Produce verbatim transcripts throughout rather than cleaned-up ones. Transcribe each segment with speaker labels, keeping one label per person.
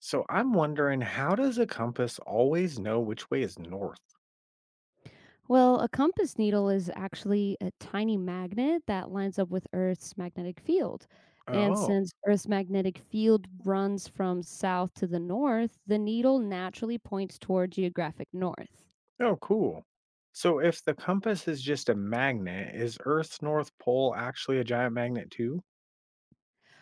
Speaker 1: So I'm wondering, how does a compass always know which way is north?
Speaker 2: Well, a compass needle is actually a tiny magnet that lines up with Earth's magnetic field. And
Speaker 1: Oh,
Speaker 2: since Earth's magnetic field runs from south to the north, the needle naturally points toward geographic north.
Speaker 1: oh, cool. So if the compass is just a magnet, is Earth's North Pole actually a giant magnet too?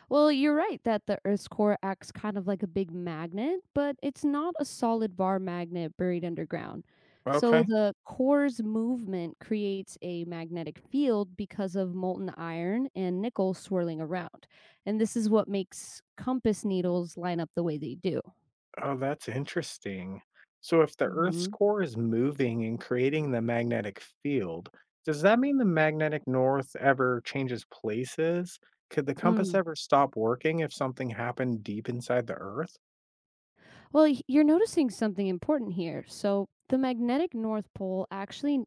Speaker 2: Well, you're right that the Earth's core acts kind of like a big magnet, but it's not a solid bar magnet buried underground. So
Speaker 1: Okay.
Speaker 2: the core's movement creates a magnetic field because of molten iron and nickel swirling around. And this is what makes compass needles line up the way they do.
Speaker 1: Oh, that's interesting. So if the Earth's
Speaker 2: hmm
Speaker 1: core is moving and creating the magnetic field, does that mean the magnetic north ever changes places? Could the compass
Speaker 2: Mm.
Speaker 1: ever stop working if something happened deep inside the Earth?
Speaker 2: Well, y- you're noticing something important here. So the magnetic North Pole actually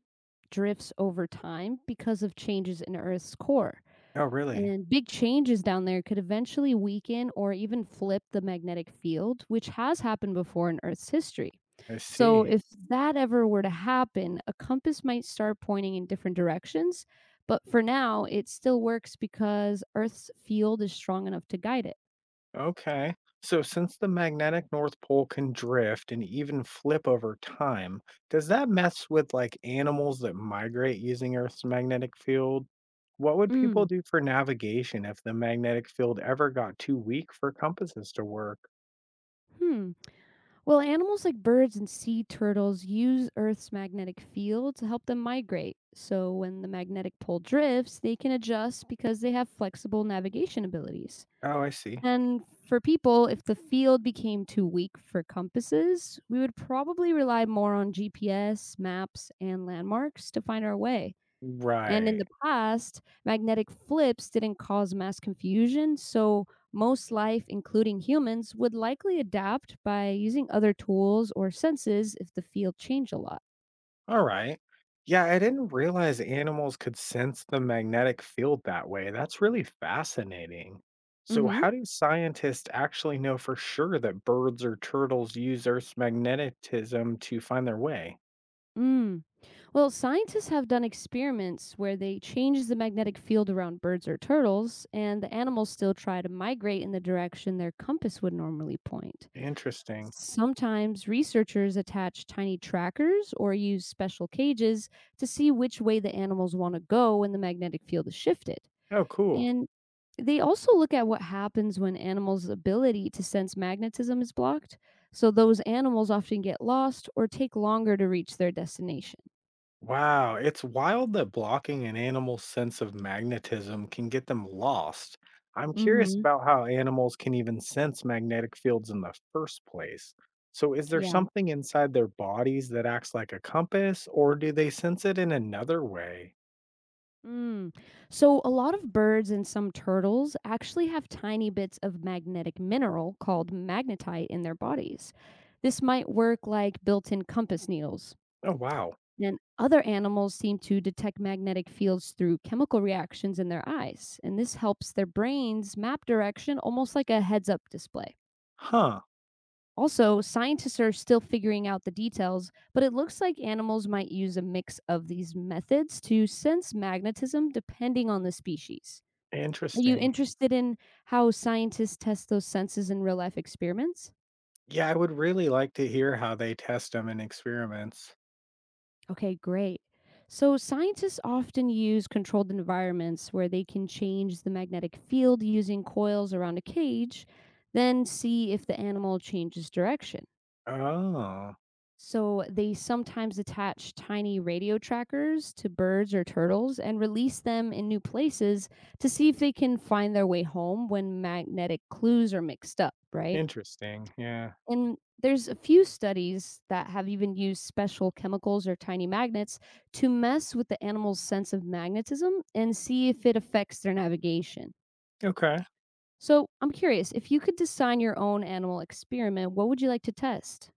Speaker 2: drifts over time because of changes in Earth's core.
Speaker 1: Oh, really?
Speaker 2: And big changes down there could eventually weaken or even flip the magnetic field, which has happened before in Earth's history.
Speaker 1: I
Speaker 2: So,
Speaker 1: see.
Speaker 2: if that ever were to happen, a compass might start pointing in different directions. But for now, it still works because Earth's field is strong enough to guide it.
Speaker 1: Okay. So, since the magnetic North Pole can drift and even flip over time, does that mess with like animals that migrate using Earth's magnetic field? What would people
Speaker 2: Mm.
Speaker 1: do for navigation if the magnetic field ever got too weak for compasses to work?
Speaker 2: Hmm. Well, animals like birds and sea turtles use Earth's magnetic field to help them migrate. So when the magnetic pole drifts, they can adjust because they have flexible navigation abilities.
Speaker 1: Oh, I see.
Speaker 2: And for people, if the field became too weak for compasses, we would probably rely more on G P S, maps, and landmarks to find our way. And in
Speaker 1: Right.
Speaker 2: the past, magnetic flips didn't cause mass confusion, so most life, including humans, would likely adapt by using other tools or senses if the field changed a lot.
Speaker 1: All right. Yeah, I didn't realize animals could sense the magnetic field that way. That's really fascinating. So,
Speaker 2: Mm-hmm.
Speaker 1: how do scientists actually know for sure that birds or turtles use Earth's magnetism to find their way?
Speaker 2: Mm. Well, scientists have done experiments where they change the magnetic field around birds or turtles, and the animals still try to migrate in the direction their compass would normally point.
Speaker 1: Interesting.
Speaker 2: Sometimes researchers attach tiny trackers or use special cages to see which way the animals want to go when the magnetic field is shifted.
Speaker 1: Oh, cool.
Speaker 2: And they also look at what happens when animals' ability to sense magnetism is blocked. So those animals often get lost or take longer to reach their destination.
Speaker 1: Wow, it's wild that blocking an animal's sense of magnetism can get them lost. I'm curious
Speaker 2: hmm
Speaker 1: about how animals can even sense magnetic fields in the first place. So, is there
Speaker 2: Yeah.
Speaker 1: something inside their bodies that acts like a compass, or do they sense it in another way?
Speaker 2: Mm. So, a lot of birds and some turtles actually have tiny bits of magnetic mineral called magnetite in their bodies. This might work like built in compass needles.
Speaker 1: Oh, wow.
Speaker 2: And other animals seem to detect magnetic fields through chemical reactions in their eyes. And this helps their brains map direction almost like a heads up display.
Speaker 1: Huh,
Speaker 2: Also, scientists are still figuring out the details, but it looks like animals might use a mix of these methods to sense magnetism depending on the species. Are you
Speaker 1: interesting.
Speaker 2: interested in how scientists test those senses in real life experiments?
Speaker 1: Yeah, I would really like to hear how they test them in experiments.
Speaker 2: Okay, great. So, scientists often use controlled environments where they can change the magnetic field using coils around a cage, then see if the animal changes direction.
Speaker 1: Oh,
Speaker 2: So, they sometimes attach tiny radio trackers to birds or turtles and release them in new places to see if they can find their way home when magnetic clues are mixed up, right?
Speaker 1: interesting. Yeah.
Speaker 2: And there's a few studies that have even used special chemicals or tiny magnets to mess with the animal's sense of magnetism and see if it affects their navigation.
Speaker 1: Okay.
Speaker 2: So I'm curious, if you could design your own animal experiment, what would you like to test?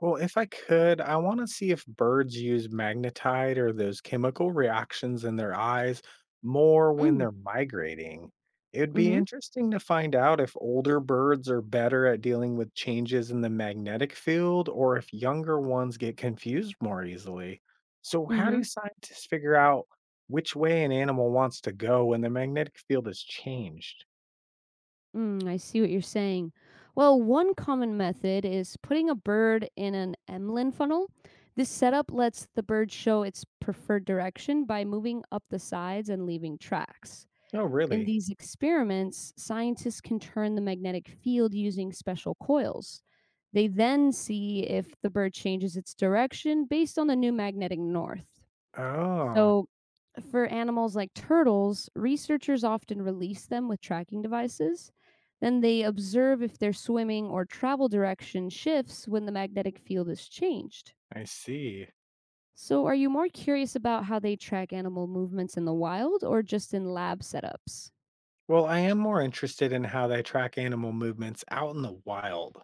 Speaker 1: Well, if I could, I want to see if birds use magnetite or those chemical reactions in their eyes more when
Speaker 2: Mm.
Speaker 1: they're migrating. It would be
Speaker 2: Mm-hmm.
Speaker 1: interesting to find out if older birds are better at dealing with changes in the magnetic field or if younger ones get confused more easily. So, how
Speaker 2: Mm-hmm.
Speaker 1: do scientists figure out which way an animal wants to go when the magnetic field has changed?
Speaker 2: Mm, I see what you're saying. Well, one common method is putting a bird in an Emlyn funnel. This setup lets the bird show its preferred direction by moving up the sides and leaving tracks.
Speaker 1: Oh,
Speaker 2: In
Speaker 1: really?
Speaker 2: these experiments, scientists can turn the magnetic field using special coils. They then see if the bird changes its direction based on the new magnetic north.
Speaker 1: Oh,
Speaker 2: So, for animals like turtles, researchers often release them with tracking devices. Then they observe if their swimming or travel direction shifts when the magnetic field is changed.
Speaker 1: I see.
Speaker 2: So, are you more curious about how they track animal movements in the wild or just in lab setups?
Speaker 1: Well, I am more interested in how they track animal movements out in the wild.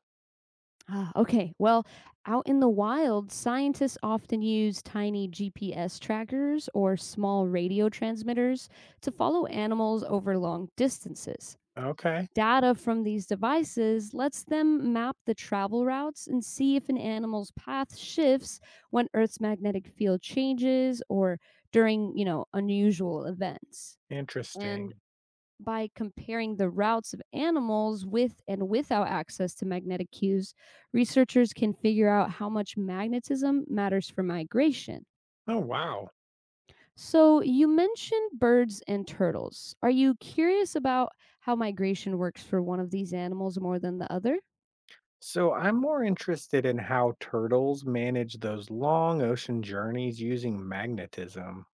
Speaker 2: Ah, okay. Well, out in the wild, scientists often use tiny G P S trackers or small radio transmitters to follow animals over long distances.
Speaker 1: Okay,
Speaker 2: Data from these devices lets them map the travel routes and see if an animal's path shifts when Earth's magnetic field changes or during, you know, unusual events. And
Speaker 1: interesting.
Speaker 2: by comparing the routes of animals with and without access to magnetic cues, researchers can figure out how much magnetism matters for migration.
Speaker 1: Oh, wow.
Speaker 2: So, you mentioned birds and turtles. Are you curious about how migration works for one of these animals more than the other?
Speaker 1: So I'm more interested in how turtles manage those long ocean journeys using magnetism.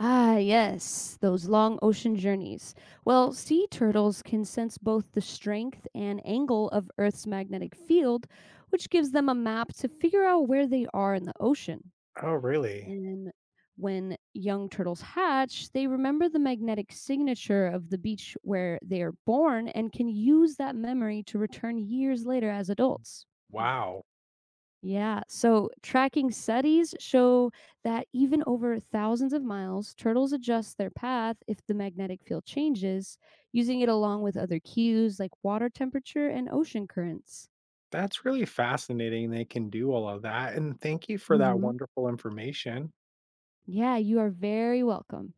Speaker 2: Ah, yes, those long ocean journeys. Well, sea turtles can sense both the strength and angle of Earth's magnetic field, which gives them a map to figure out where they are in the ocean.
Speaker 1: Oh, really?
Speaker 2: And when young turtles hatch, they remember the magnetic signature of the beach where they are born and can use that memory to return years later as adults. Hmm.
Speaker 1: Wow.
Speaker 2: Yeah, so tracking studies show that even over thousands of miles, turtles adjust their path if the magnetic field changes, using it along with other cues like water temperature and ocean currents.
Speaker 1: That's really fascinating. They can do all of that. And thank you for that
Speaker 2: hmm
Speaker 1: wonderful information.
Speaker 2: Yeah, you are very welcome.